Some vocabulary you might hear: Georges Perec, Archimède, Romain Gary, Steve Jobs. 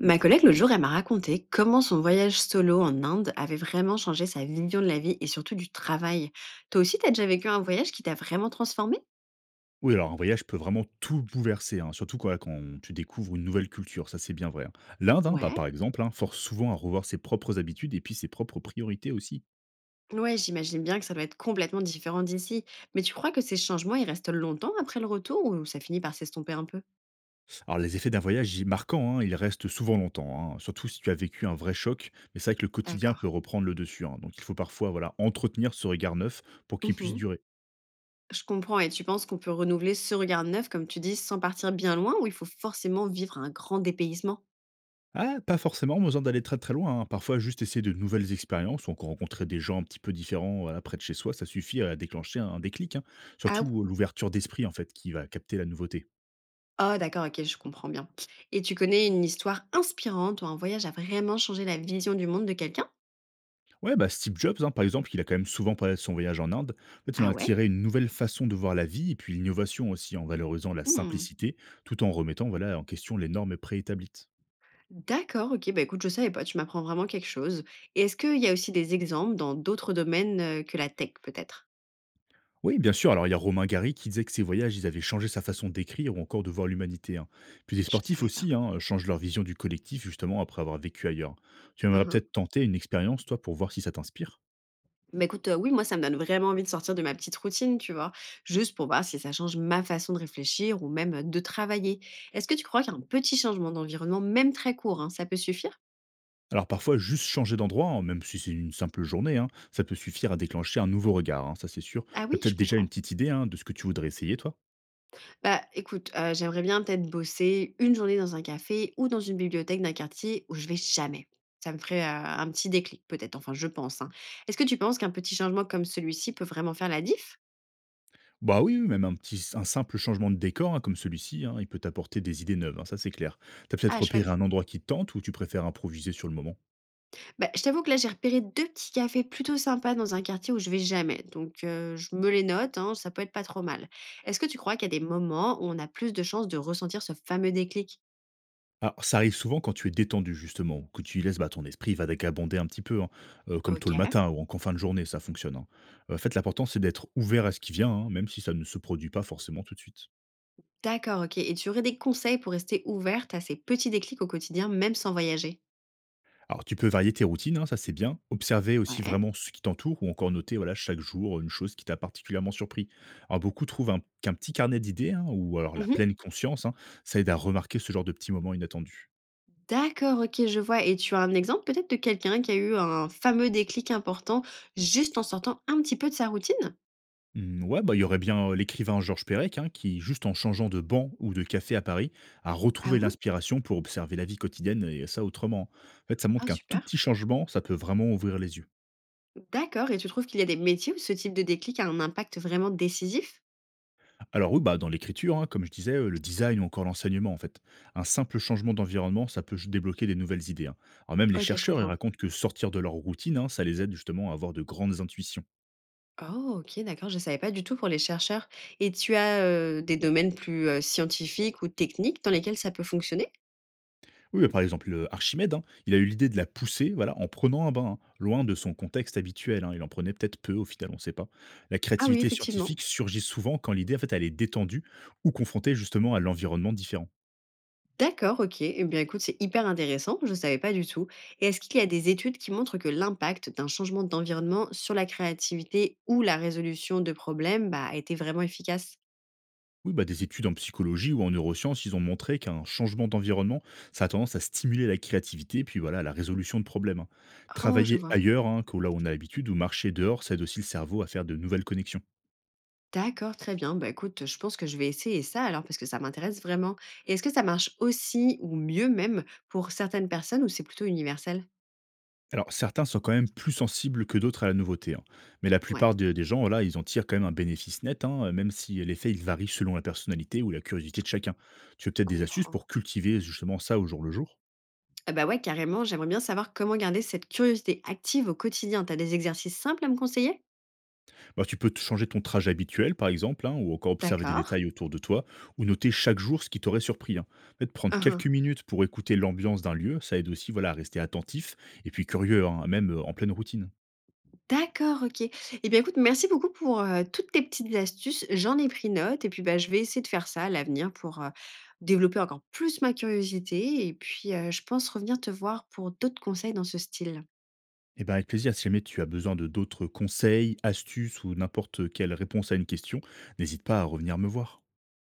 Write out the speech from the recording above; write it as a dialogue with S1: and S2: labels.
S1: Ma collègue, l'autre jour, elle m'a raconté comment son voyage solo en Inde avait vraiment changé sa vision de la vie et surtout du travail. Toi aussi, t'as déjà vécu un voyage qui t'a vraiment transformé?
S2: Oui, alors un voyage peut vraiment tout bouleverser, hein, surtout quoi, quand tu découvres une nouvelle culture, ça c'est bien vrai. Hein. L'Inde, hein, bah,
S1: Ouais.
S2: par exemple, hein, force souvent à revoir ses propres habitudes et puis ses propres priorités aussi.
S1: Ouais, j'imagine bien que ça doit être complètement différent d'ici. Mais tu crois que ces changements, ils restent longtemps après le retour ou ça finit par s'estomper un peu?
S2: Alors les effets d'un voyage marquant, hein, ils restent souvent longtemps, hein, surtout si tu as vécu un vrai choc, mais c'est vrai que le quotidien
S1: D'accord.
S2: peut reprendre le dessus. Hein. Donc il faut parfois voilà, entretenir ce regard neuf pour qu'il puisse
S1: Mhm.
S2: durer.
S1: Je comprends. Et tu penses qu'on peut renouveler ce regard neuf, comme tu dis, sans partir bien loin ou il faut forcément vivre un grand dépaysement?
S2: Ah, pas forcément besoin d'aller très très loin. Hein. Parfois, juste essayer de nouvelles expériences ou encore rencontrer des gens un petit peu différents voilà, près de chez soi, ça suffit à déclencher un déclic. Hein.
S1: Ah.
S2: Surtout l'ouverture d'esprit, en fait, qui va capter la nouveauté.
S1: Oh, d'accord, OK, je comprends bien. Et tu connais une histoire inspirante où un voyage a vraiment changé la vision du monde de quelqu'un?
S2: Ouais, bah Steve Jobs, hein, par exemple, il a quand même souvent parlé de son voyage en Inde. En fait, il
S1: Ah
S2: en a
S1: ouais?
S2: tiré une nouvelle façon de voir la vie et puis l'innovation aussi, en valorisant la
S1: Mmh.
S2: simplicité, tout en remettant voilà, en question les normes préétablies.
S1: D'accord, OK, bah écoute, je savais pas, tu m'apprends vraiment quelque chose. Et est-ce qu'il y a aussi des exemples dans d'autres domaines, que la tech peut-être?
S2: Oui, bien sûr. Alors, il y a Romain Gary qui disait que ses voyages, ils avaient changé sa façon d'écrire ou encore de voir l'humanité. Hein. Puis les
S1: Je
S2: sportifs
S1: savais pas.
S2: aussi hein, changent leur vision du collectif, justement, après avoir vécu ailleurs. Tu
S1: Hein,
S2: aimerais
S1: hein.
S2: peut-être tenter une expérience, toi, pour voir si ça t'inspire.
S1: Bah écoute, oui, moi ça me donne vraiment envie de sortir de ma petite routine, tu vois? Juste pour voir si ça change ma façon de réfléchir ou même, de travailler. Est-ce que tu crois qu'un petit changement d'environnement, même très court, hein, ça peut suffire?
S2: Alors, parfois, juste changer d'endroit, hein, même si c'est une simple journée, hein, ça peut suffire à déclencher un nouveau regard, hein, ça c'est sûr.
S1: Ah
S2: Tu as
S1: oui, je
S2: peut-être déjà une
S1: comprends.
S2: petite idée hein, de ce que tu voudrais essayer, toi.
S1: Bah, écoute, j'aimerais bien peut-être bosser une journée dans un café ou dans une bibliothèque d'un quartier où je vais jamais. Ça me ferait, un petit déclic peut-être, enfin je pense, hein. Est-ce que tu penses qu'un petit changement comme celui-ci peut vraiment faire la diff?
S2: Bah oui, oui, même un petit, un simple changement de décor hein, comme celui-ci, hein, il peut t'apporter des idées neuves, hein, ça c'est clair. T'as
S1: Ah
S2: peut-être repéré
S1: chouette.
S2: un endroit qui te tente ou tu préfères improviser sur le moment.
S1: Bah, je t'avoue que là, j'ai repéré 2 petits cafés plutôt sympas dans un quartier où je vais jamais, donc je me les note, hein, ça peut être pas trop mal. Est-ce que tu crois qu'il y a des moments où on a plus de chances de ressentir ce fameux déclic?
S2: Alors, ça arrive souvent quand tu es détendu justement, que tu laisses, bah, ton esprit vagabonder un petit peu, hein, comme tôt le
S1: OK.
S2: matin ou en qu'en fin de journée, ça fonctionne, hein. En fait, l'important, c'est d'être ouvert à ce qui vient, hein, même si ça ne se produit pas forcément tout de suite.
S1: D'accord, OK, et tu aurais des conseils pour rester ouverte à ces petits déclics au quotidien, même sans voyager?
S2: Alors, tu peux varier tes routines, hein, ça c'est bien. Observer aussi
S1: Ouais.
S2: vraiment ce qui t'entoure ou encore noter, voilà, chaque jour, une chose qui t'a particulièrement surpris. Alors beaucoup trouvent un qu'un petit carnet d'idées, hein, ou alors
S1: Mmh
S2: la
S1: mh.
S2: pleine conscience, hein, ça aide à remarquer ce genre de petits moments inattendus.
S1: D'accord, OK, je vois, et tu as un exemple peut-être de quelqu'un qui a eu un fameux déclic important juste en sortant un petit peu de sa routine?
S2: Mmh, ouais, bah, il y aurait bien, l'écrivain Georges Perec, hein, qui, juste en changeant de banc ou de café à Paris, a
S1: Ah
S2: retrouvé
S1: bon?
S2: l'inspiration pour observer la vie quotidienne et ça autrement. En fait, ça montre
S1: Ah
S2: qu'un tout
S1: super.
S2: petit changement, ça peut vraiment ouvrir les yeux.
S1: D'accord, et tu trouves qu'il y a des métiers où ce type de déclic a un impact vraiment décisif?
S2: Alors oui, bah, dans l'écriture, hein, comme je disais, le design ou encore l'enseignement, en fait. Un simple changement d'environnement, ça peut débloquer des nouvelles idées, hein. Alors même les
S1: OK, je
S2: chercheurs, ils
S1: comprends.
S2: racontent que sortir de leur routine, hein, ça les aide justement à avoir de grandes intuitions.
S1: Oh OK, d'accord, je ne savais pas du tout pour les chercheurs, et tu as, des domaines plus, scientifiques ou techniques dans lesquels ça peut fonctionner?
S2: Oui, bah, par exemple, Archimède, hein, il a eu l'idée de la pousser, voilà, en prenant un bain, hein, loin de son contexte habituel, hein. Il en prenait peut-être peu au final, on ne sait pas. La
S1: Ah oui,
S2: créativité
S1: effectivement.
S2: scientifique surgit souvent quand l'idée, en fait, elle est détendue ou confrontée justement à l'environnement différent.
S1: D'accord, OK. Eh bien, écoute, c'est hyper intéressant, je ne savais pas du tout. Et est-ce qu'il y a des études qui montrent que l'impact d'un changement d'environnement sur la créativité ou la résolution de problèmes bah, a été vraiment efficace?
S2: Oui, bah, des études en psychologie ou en neurosciences, ils ont montré qu'un changement d'environnement, ça a tendance à stimuler la créativité, puis voilà, la résolution de problèmes, hein.
S1: Oh, je
S2: Travailler
S1: vois.
S2: ailleurs, hein, que là où on a l'habitude ou marcher dehors, ça aide aussi le cerveau à faire de nouvelles connexions.
S1: D'accord, très bien. Bah, écoute, je pense que je vais essayer ça alors parce que ça m'intéresse vraiment. Et est-ce que ça marche aussi ou mieux même pour certaines personnes ou c'est plutôt universel?
S2: Alors, certains sont quand même plus sensibles que d'autres à la nouveauté, hein. Mais la
S1: Ouais,
S2: plupart des gens, voilà, ils en tirent quand même un bénéfice net, hein, même si l'effet, il varie selon la personnalité ou la curiosité de chacun. Tu as
S1: je
S2: peut-être des astuces
S1: comprends.
S2: pour cultiver justement ça au jour le jour.
S1: Ah bah ouais, carrément, j'aimerais bien savoir comment garder cette curiosité active au quotidien. T'as des exercices simples à me conseiller?
S2: Bah, tu peux te changer ton trajet habituel, par exemple, hein, ou encore observer des
S1: D'accord.
S2: détails autour de toi, ou noter chaque jour ce qui t'aurait surpris. Hein. En fait, prendre quelques
S1: Uhum.
S2: minutes pour écouter l'ambiance d'un lieu, ça aide aussi voilà, à rester attentif et puis curieux, hein, même en pleine routine.
S1: D'accord, OK. Eh bien, écoute, merci beaucoup pour, toutes tes petites astuces. J'en ai pris note et puis, bah, je vais essayer de faire ça à l'avenir pour, développer encore plus ma curiosité et puis, je pense revenir te voir pour d'autres conseils dans ce style.
S2: Eh ben, avec plaisir, si jamais tu as besoin de d'autres conseils, astuces ou n'importe quelle réponse à une question, n'hésite pas à revenir me voir.